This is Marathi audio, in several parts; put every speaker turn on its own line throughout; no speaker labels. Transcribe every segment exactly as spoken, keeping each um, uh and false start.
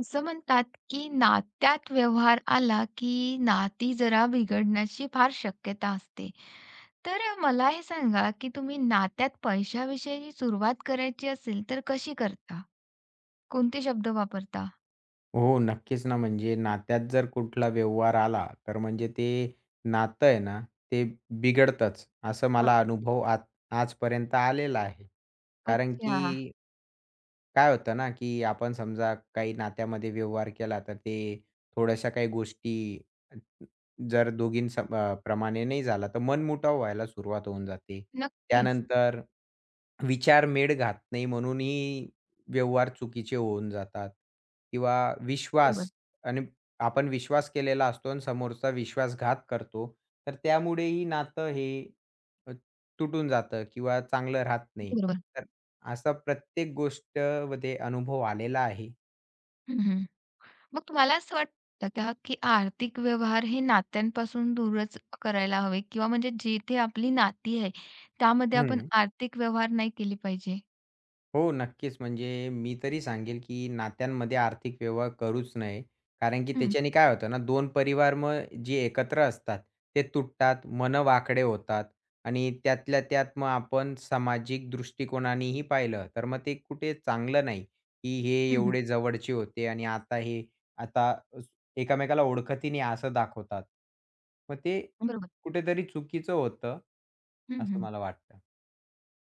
असं म्हणतात की नात्यात व्यवहार आला की नाती जरा बिघडण्याची फार शक्यता असते. तर अ, मला हे सांगा की तुम्ही नात्यात पैशाविषयी सुरुवात करायची असेल तर कशी करता? कोणते शब्द वापरता?
हो, नक्कीच ना. म्हणजे नात्यात जर कुठला व्यवहार आला, तर म्हणजे ते नातं आहे ना, ते बिघडतंच, असं मला
बघा.
अनुभव आज आजपर्यंत आलेला आहे. कारण की
अच्छा.
काय होतं ना, की आपण समजा काही नात्यामध्ये व्यवहार केला, तर ते थोड्याशा काही गोष्टी जर दोघीं प्रमाणे नाही झाला, तर मनमुटाव व्हायला सुरुवात होऊन जाते.
नक्कीच.
त्यानंतर विचार मेळ घात नाही म्हणूनही व्यवहार चुकीचे होऊन जातात किंवा
बरोबर,
विश्वास आणि आपण विश्वास केलेला असतो आणि समोरचा विश्वासघात करतो. तर त्यामुळेही नातं हे अ, तुटून जातं किंवा चांगलं राहत नाही.
बरोबर.
तर असा प्रत्येक गोष्टमध्ये अनुभव आलेला आहे.
हं, हं. मग तुम्हाला असं वाटतं का की आर्थिक व्यवहार हे नात्यांपासून दूरच करायला हवे किंवा म्हणजे जिथे आपली नाती आहे त्यामध्ये आपण
हं.
आर्थिक व्यवहार नाही केली पाहिजे?
हो, नक्कीच. म्हणजे मी तरी सांगेल, की नात्यांमध्ये आर्थिक व्यवहार करूच नये. कारण की
हं,
त्याच्याने काय होतं ना, दोन परिवार मग जे एकत्र असतात, ते तुटतात, मनं वाकडे होतात आणि त्यातल्या त्यात मग आपण सामाजिक दृष्टिकोनानेही पाहिलं, तर मग ते कुठे चांगलं नाही, की हे
हं.
एवढे जवळचे होते आणि आता हे आता स- एकामेकाला ओळखतही असं दाखवतात. मग ते
बरोबर.
कुठेतरी चुकीचं होतं,
हं,
असं
हं.
मला वाटतं.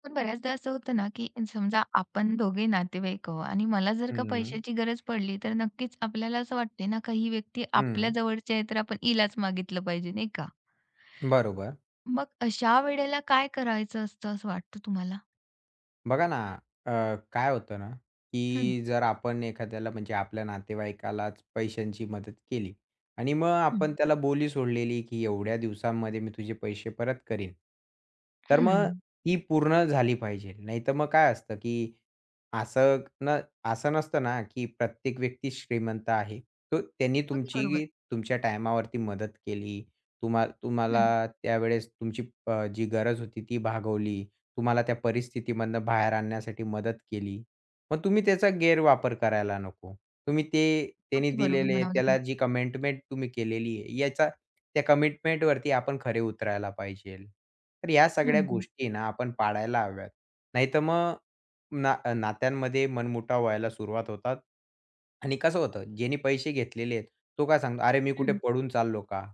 पण बऱ्याचदा असं होतं ना, की समजा आपण दोघे नातेवाईक आहोत आणि मला जर का
हं,
पैशाची गरज पडली, तर नक्कीच आपल्याला असं वाटते ना, का ही व्यक्ती
हं.
आपल्या जवळची आहे, तर आपण हिलाच मागितलं पाहिजे, नाही का?
बरोबर.
मग अशा वेळेला काय करायचं असतं असं वाटतं तुम्हाला?
बघा ना, अ, काय होतं ना,
हं,
की जर आपण एखाद्याला म्हणजे आपल्या नातेवाईकालाच पैशांची मदत केली आणि मग
हं,
आपण त्याला बोली सोडलेली, की एवढ्या दिवसांमध्ये मी तुझे पैसे परत करीन. तर
हं.
मग ती पूर्ण झाली पाहिजे. नाहीतर मग काय असतं, की असं न असं नसतं ना, की प्रत्येक व्यक्ती श्रीमंत आहे. तो त्यांनी
अगदी बरोबर.
तुमची तुमच्या टायमावरती मदत केली. तुम्हा तुम्हाला
हं.
त्यावेळेस तुमची अ, जी गरज होती ती भागवली. तुम्हाला त्या परिस्थितीमधनं बाहेर आणण्यासाठी मदत केली. मग तुम्ही त्याचा गैरवापर करायला नको. तुम्ही ते त्याने
अगदी बरोबर
दिलेले
म्हणावं
त्याला
लागेल.
जी कमिटमेंट तुम्ही केलेली आहे, याचा त्या कमिटमेंटवरती आपण खरे उतरायला पाहिजेल. तर ह्या
हं,
सगळ्या
हं,
गोष्टी ना आपण पाळायला हव्यात. नाहीतर मग ना नात्यांमध्ये मनमुटाव व्हायला सुरुवात होतात. आणि कसं होतं, ज्याने पैसे घेतलेले आहेत, तो काय सांगतो, "अरे, मी कुठे
हं.
पळून चाललो का?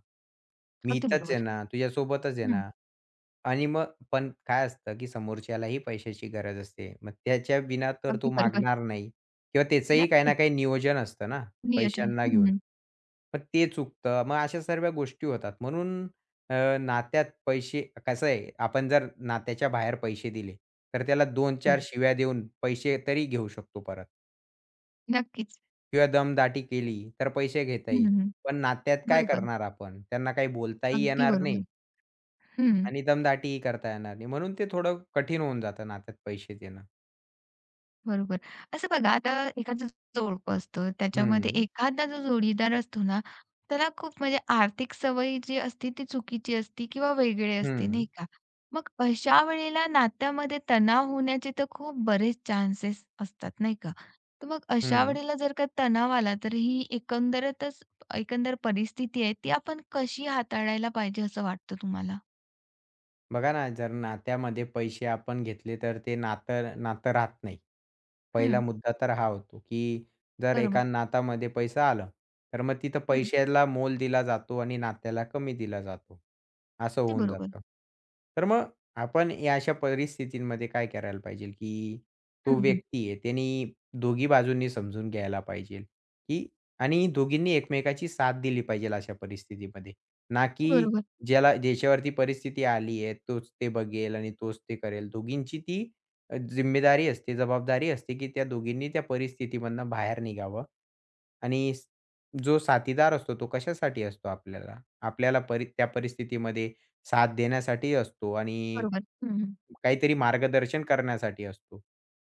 मी
अगदी
इथंच आहे
बरोबर.
ना, तुझ्यासोबतच आहे
हं.
ना." आणि मग पण काय असतं, की समोरच्यालाही पैशाची गरज असते. मग त्याच्या बिना तर तो
अगदी बरोबर.
मागणार नाही किंवा त्याचंही काही ना
नक्कीच.
काही नियोजन असतं ना,
नियोजन.
पैशांना
हं,
घेऊन.
हं.
पण ते चुकतं. मग अशा सर्व गोष्टी होतात. म्हणून अ, नात्यात पैसे कसं आहे, आपण जर नात्याच्या बाहेर पैसे दिले, तर त्याला दोन-चार शिव्या देऊन पैसे तरी घेऊ शकतो परत
नक्कीच.
किंवा दमदाटी केली, तर पैसे घेता
हं,
येईल.
हं.
पण नात्यात काय
बरोबर.
करणार आपण? त्यांना काही बोलताही
अगदी
येणार नाही.
बरोबर. हं.
आणि दमदाटीही करता येणार नाही. म्हणून ते थोडं कठीण होऊन जातं नात्यात पैसे देणं.
बरोबर. असं बघा आता एखादं जोडपं असतं, त्याच्यामध्ये
हं,
एखादा जो जोडीदार असतो ना, त्याला खूप म्हणजे आर्थिक सवयी जी असते ती चुकीची असते किंवा वेगळी असते,
हं,
नाही का? मग अशा वेळेला नात्यामध्ये तणाव होण्याचे तर खूप बरेच चान्सेस असतात, नाही का? तर मग अशा
हं.
वेळेला जर का तणाव आला, तर ही एकंदरीतच एकंदर परिस्थिती आहे, ती आपण कशी हाताळायला पाहिजे असं वाटतं तुम्हाला?
बघा ना, जर नात्यामध्ये पैसे आपण घेतले तर ते नातं नातं राहत नाही. पहिला
हं,
मुद्दा तर हा होतो, की जर एका
बरोबर.
नातामध्ये पैसं आला तर मग तिथं
हं,
पैशाला मोल दिला जातो आणि नात्याला कमी दिला जातो. असं
ते
होऊन
बरोबर.
जातं. तर मग आपण या अशा परिस्थितींमध्ये काय करायला पाहिजे, की तो
हं, हं.
व्यक्ती आहे त्यानी दोघी बाजूंनी समजून घ्यायला पाहिजे, की आणि दोघींनी एकमेकाची साथ दिली पाहिजे अशा परिस्थितीमध्ये. ना की
बरोबर,
ज्याला ज्याच्यावरती परिस्थिती आली आहे, तोच ते बघेल आणि तोच ते करेल. दोघींची ती अ, जिम्मेदारी असते, जबाबदारी असते, की त्या दोघींनी त्या परिस्थितीमधनं बाहेर निघावं आणि स जो साथीदार असतो, तो कशासाठी असतो आपल्याला? आपल्याला परि त्या परिस्थितीमध्ये साथ देण्यासाठी असतो आणि
बरोबर. हं, हं.
काहीतरी मार्गदर्शन करण्यासाठी असतो.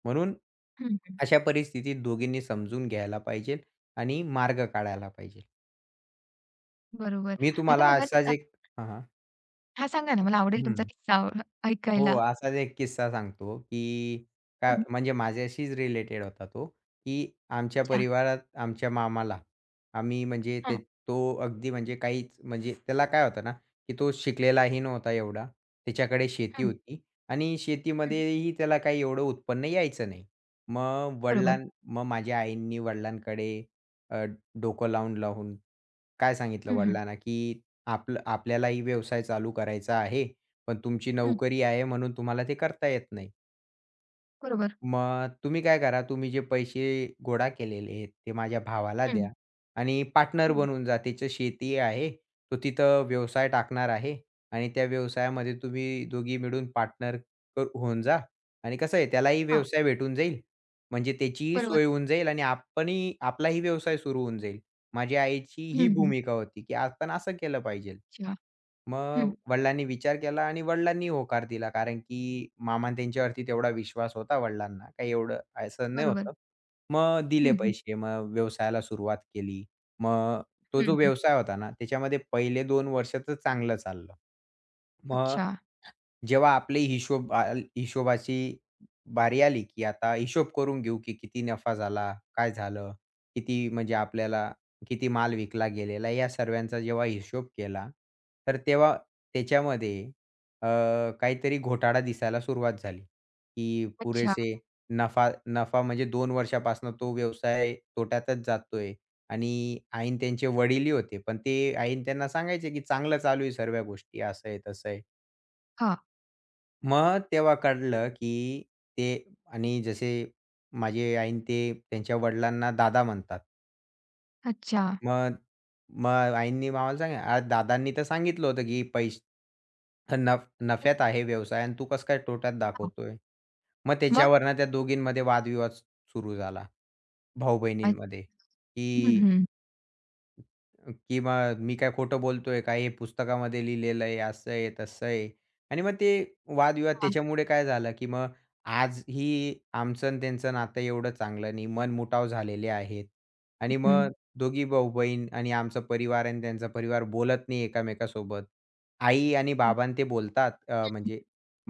म्हणून
हं,
अशा परिस्थितीत दोघींनी समजून घ्यायला पाहिजे आणि मार्ग काढायला पाहिजे.
बरोबर.
मी
आता
तुम्हाला
बघा
असाच
जसा
एक हां, हां.
हां, सांगा ना मला आवडेल तुमचा
हं.
किस्सा आव-
हो,
ऐकायला.
असाच एक किस्सा सांगतो, की का
हं.
म्हणजे माझ्याशीच रिलेटेड होता तो, की आमच्या
अच्छा.
परिवारात आमच्या मामाला आम्ही म्हणजे ते
हां,
तो अगदी म्हणजे काहीच म्हणजे त्याला काय होतं ना, की तो शिकलेलाही नव्हता एवढा. त्याच्याकडे शेती
हं,
होती आणि
हं.
शेतीमध्येही त्याला काही एवढं उत्पन्न यायचं नाही. मग वडिलां
बरोबर.
मग माझ्या आईंनी वडिलांकडे अ, डोकं लावून-लावून काय सांगितलं
हं, हं,
वडिलांना, की आपलं आपल्यालाही व्यवसाय चालू करायचा आहे, पण तुमची
हं.
नोकरी आहे म्हणून तुम्हाला ते करता येत नाही.
बरोबर.
मग तुम्ही काय करा, तुम्ही जे पैसे गोळा केलेले आहेत, ते माझ्या भावाला
हं,
द्या आणि पार्टनर
हं.
बनून जा. त्याचं शेती आहे, तो तिथं व्यवसाय टाकणार आहे आणि त्या व्यवसायामध्ये तुम्ही दोघी मिळून पार्टनर होऊन जा आणि कसं आहे त्यालाही
हां,
व्यवसाय भेटून जाईल. म्हणजे त्याचीही
बरोबर.
सोय होऊन जाईल आणि आपणही आपलाही व्यवसाय सुरू होऊन जाईल. माझ्या आईची ही
हं, हं.
भूमिका होती, की आपण असं केलं पाहिजेल.
अच्छा. हं.
मग वडिलांनी विचार केला आणि वडिलांनी होकार दिला. कारण की मामा त्यांच्यावरती तेवढा विश्वास होता वडिलांना. काही एवढं असं नाही
बरोबर.
होतं. मग
हं,
दिले
हं,
पैसे. मग व्यवसायाला सुरुवात केली. मग तो
हं,
जो
हं.
व्यवसाय होता ना, त्याच्यामध्ये पहिले दोन वर्ष तर चांगलं चाललं. मग
अच्छा,
जेव्हा आपली हिशोब आल हिशोबाची बारी आली, की आता हिशोब करून घेऊ, की किती नफा झाला, काय झालं, किती म्हणजे आपल्याला किती माल विकला गेलेला, या सर्वांचा जेव्हा हिशोब केला, तर तेव्हा त्याच्यामध्ये अ, काहीतरी घोटाळा दिसायला सुरुवात झाली, की
अच्छा.
पुरेसे नफा नफा म्हणजे दोन वर्षापासून तो व्यवसाय तोट्यातच जातोय आणि ऐन त्यांचे वडीलही होते. पण ते ऐन त्यांना सांगायचे, की चांगलं चालू आहे सर्व गोष्टी, असं आहे, तसं आहे.
हां,
मग तेव्हा कळलं, की ते आणि जसे माझी आईन ते त्यांच्या वडिलांना दादा म्हणतात.
अच्छा.
मग मग आईंनी आम्हाला सांगितलं, "अरे दादांनी तर सांगितलं होतं, की पैस नफ
हं,
नफ्यात आहे व्यवसाय आणि तू कसं काय तोट्यात
हां.
दाखवतोय?" मग
मग?
त्याच्यावरनं त्या दोघींमध्ये वादविवाद सुरू झाला,
अ
भाऊ-बहिणींमध्ये, की
हं, हं.
की मग मी काय खोटं बोलतोय काय हे पुस्तकामध्ये लिहिलेलं आहे, असं आहे, तसं आहे. आणि मग ते वादविवाद
हां,
त्याच्यामुळे काय झालं, की मग आज ही आमचं आणि त्यांचं नातं एवढं चांगलं नाही, मनमुटाव झालेले आहेत.
हं,
आणि
हं.
मग दोघी भाऊ-बहीण आणि आमचा परिवार आणि त्यांचा परिवार बोलत नाही एकमेकांसोबत. आई आणि बाबा ते बोलतात अ, म्हणजे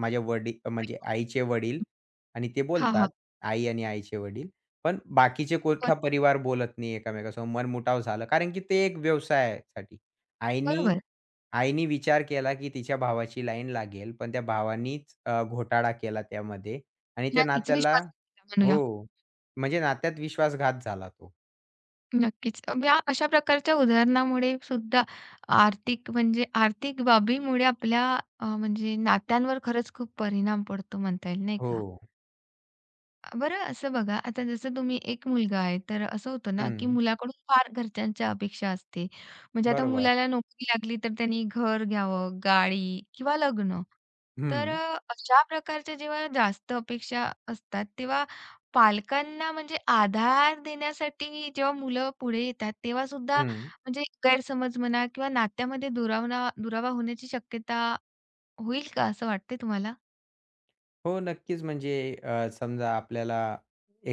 माझ्या वडील म्हणजे आईचे वडील आणि ते
हां,
बोलतात,
हां.
आई आणि आईचे वडील. पण बाकीचे कुठला परिवार बोलत नाही एकमेकांसमोर. मनमुटाव झालं. कारण की ते एक व्यवसायासाठी. आईनी
बरोबर.
आईनी विचार केला की तिच्या भावाची लाईन लागेल. पण त्या भावानीच अ, घोटाळा केला त्यामध्ये आणि त्या
नक्कीच
नात्याला
विश्वास म्हणूया.
हो. म्हणजे नात्यात विश्वासघात झाला तो.
नक्कीच. अ, या अशा प्रकारच्या उदाहरणामुळे सुद्धा आर्थिक म्हणजे आर्थिक बाबीमुळे आपल्या अ, म्हणजे नात्यांवर खरंच खूप परिणाम पडतो म्हणता येईल, नाही
हो.
का? बरं असं बघा, आता जसं तुम्ही एक मुलगा आहे, तर असं होतं ना, की
हं.
मुलाकडून फार घरच्यांच्या अपेक्षा असते. म्हणजे आता
बरोबर.
मुलाला नोकरी लागली, तर त्यांनी घर घ्यावं, गाडी किंवा लग्न. तर
हं.
अ, अशा प्रकारच्या जेव्हा जास्त अपेक्षा असतात, तेव्हा पालकांना म्हणजे आधार देण्यासाठी जेव्हा मुलं पुढे येतात, तेव्हा सुद्धा
हं.
म्हणजे गैरसमज म्हणा किंवा नात्यामध्ये दुरावना दुरावा होण्याची शक्यता होईल का, असं वाटते तुम्हाला?
हो, नक्कीच. म्हणजे अ, समजा आपल्याला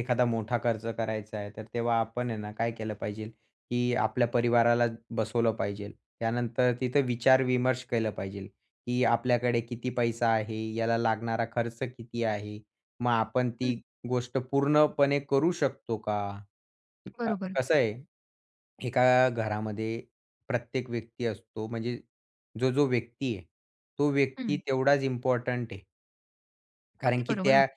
एखादा मोठा खर्च करायचा आहे, तर तेव्हा आपण आहे ना, काय केलं पाहिजे, की आपल्या परिवाराला बसवलं पाहिजे. त्यानंतर तिथं विचार-विमर्श केलं पाहिजे, की आपल्याकडे किती पैसा आहे, याला लागणारा खर्च किती आहे, मग आपण
हं,
ती गोष्ट पूर्णपणे करू शकतो का? अ,
बरोबर.
कसं आहे, एका घरामध्ये प्रत्येक व्यक्ती असतो, म्हणजे जो, जो व्यक्ती आहे, तो व्यक्ती
हं,
तेवढाच इम्पोर्टंट आहे. कारण
अगदी
की
बरोबर
त्या
म्हणा.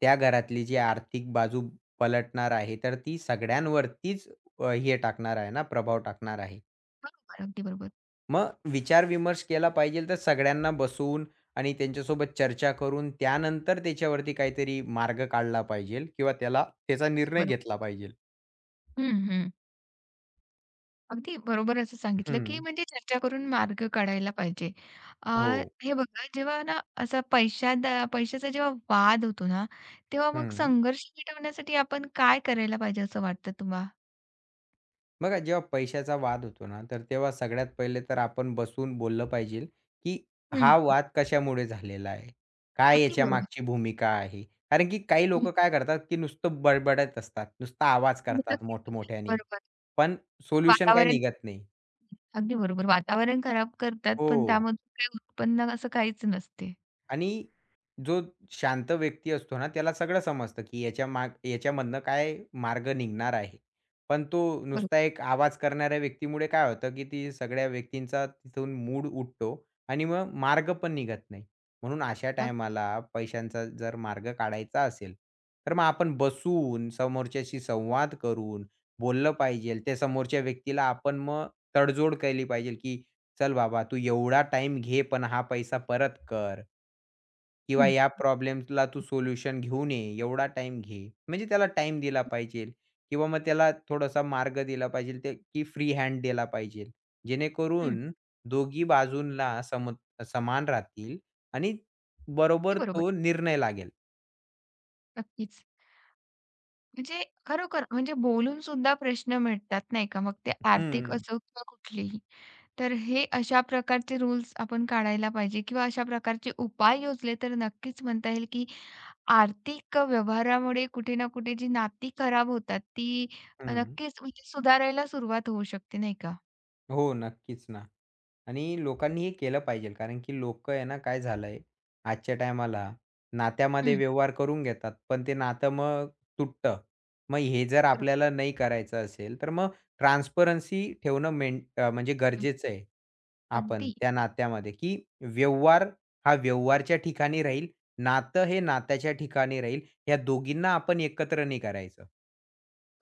त्या घरातली जी आर्थिक बाजू पलटणार आहे, तर ती सगळ्यांवरतीच अ, हे टाकणार आहे ना, प्रभाव टाकणार आहे.
बरोबर, अगदी बरोबर.
मग विचार-विमर्श केला पाहिजे तर सगळ्यांना बसवून आणि त्यांच्यासोबत चर्चा करून त्यानंतर त्याच्यावरती काहीतरी मार्ग काढला पाहिजे किंवा त्याला त्याचा निर्णय
बरो
घेतला पाहिजे.
हं, हं. अगदी बरोबर असं सांगितलं, की
हं.
म्हणजे चर्चा करून मार्ग काढायला पाहिजे. अ,
हो.
हे बघा जेव्हा ना असा पैशा दा पैशाचा जेव्हा वाद होतो ना, तेव्हा मग
हं.
संघर्ष मिटवण्यासाठी आपण काय करायला पाहिजे असं वाटतं तुम्हा?
बघा, जेव्हा पैशाचा वाद होतो ना, तर तेव्हा सगळ्यात पहिले तर आपण बसून बोललं पाहिजे, की
हं,
हा
हं.
वाद कशामुळे झालेला आहे? काय
अगदी
याच्या
बरोबर.
मागची भूमिका आहे? कारण की काही
हं.
लोकं काय करतात, की नुसतं बडबडत असतात, नुसता आवाज करतात मोठमोठ्याने,
बरोबर.
पण सोल्युशन काही
वातावरण
निघत नाही.
अगदी बरोबर. वातावरण खराब करतात, पण
हो.
त्यामधून काही उत्पन्न असं काहीच नसते.
आणि जो शांत व्यक्ती असतो ना, त्याला सगळं समजतं, की याच्या माग याच्यामधनं काय मार्ग निघणार आहे. पण तो नुसता
बरोबर.
एक आवाज करणाऱ्या व्यक्तीमुळे काय होतं, की ती सगळ्या व्यक्तींचा तिथून मूड उठतो आणि मग मार्ग पण निघत नाही. म्हणून अशा
अगदी
टायमाला पैशांचा जर मार्ग काढायचा असेल, तर मग आपण बसून समोरच्याशी संवाद करून बोललं पाहिजेल. त्या समोरच्या व्यक्तीला आपण मग तडजोड केली पाहिजेल, की "चल बाबा, तू एवढा टाईम घे, पण हा पैसा परत कर." किंवा
हं,
या प्रॉब्लेम्सला तू सोल्युशन घेऊन ये, एवढा टाईम घे. म्हणजे त्याला टाईम दिला पाहिजे किंवा मग त्याला थोडासा मार्ग दिला पाहिजे ते की फ्री हँड दिला पाहिजे.
हं.
जेणेकरून दोघी बाजूंना सम समान राहतील आणि
अगदी
बरोबर
बरोबर.
तो निर्णय लागेल.
नक्कीच. म्हणजे खरोखर म्हणजे बोलून सुद्धा प्रश्न मिटतात नाही का? मग ते आर्थिक
हं,
असो किंवा कुठलेही. तर हे अशा प्रकारचे रूल्स आपण काढायला पाहिजे किंवा अशा प्रकारचे उपाय योजले तर नक्कीच म्हणता येईल, की आर्थिक व्यवहारामुळे कुठे ना कुठे जी नाती खराब होतात ती
हं.
नक्कीच म्हणजे सुधारायला सुरुवात होऊ शकते नाही का?
हो, नक्कीच ना. आणि लोकांनी हे केलं पाहिजे. कारण की लोकं आहे ना, काय झालंय आजच्या टायमाला नात्यामध्ये
हं.
व्यवहार करून घेतात, पण ते नातं मग तुटतं. मग हे जर
बरोबर.
आपल्याला नाही करायचं असेल, तर मग ट्रान्सपरन्सी ठेवणं मेन अ, म्हणजे गरजेचं आहे. आपण
अगदी,
त्या नात्यामध्ये, की व्यवहार हा व्यवहारच्या ठिकाणी राहील, नातं हे नात्याच्या ठिकाणी राहील. या दोघींना आपण एकत्र नाही करायचं.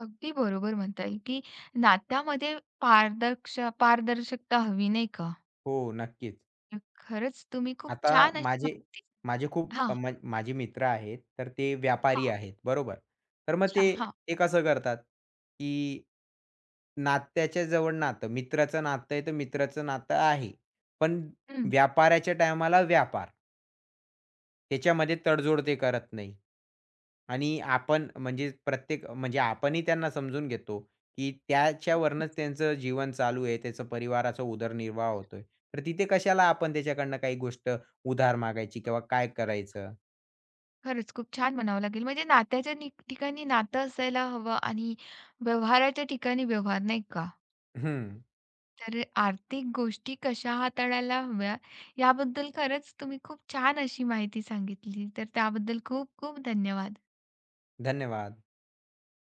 अगदी बरोबर म्हणता येईल, की नात्यामध्ये पारदर्श पारदर्शकता हवी नाही का?
हो, नक्कीच.
खरंच तुम्ही खूप
आता
छान अशी
माझे
माहिती
माझे खूप
हां.
अ, म माझे मित्र आहेत, तर ते व्यापारी
हां,
आहेत, बरोबर. तर मग
अच्छा.
ते
हां.
ते कसं करतात, की नात्याच्या जवळ नातं, मित्राचं नातं आहे, तर मित्राचं नातं आहे. पण
हं.
व्यापाराच्या टायमाला व्यापार. त्याच्यामध्ये तडजोड ते करत नाही. आणि आपण म्हणजे प्रत्येक म्हणजे आपणही त्यांना समजून घेतो, की त्याच्यावरूनच
नक्कीच.
त्यांचं जीवन चालू आहे, त्याचा परिवाराचा उदरनिर्वाह होतोय. तर तिथे कशाला आपण त्याच्याकडनं काही गोष्ट उधार मागायची किंवा काय करायचं?
खरंच खूप छान म्हणावं लागेल. म्हणजे नात्याच्या नि ठिकाणी नातं असायला हवं आणि व्यवहाराच्या ठिकाणी व्यवहार, नाही का?
हं.
तर आर्थिक गोष्टी कशा हाताळायला हव्या, याबद्दल खरंच तुम्ही खूप छान अशी माहिती सांगितली. तर त्याबद्दल खूप खूप धन्यवाद.
धन्यवाद.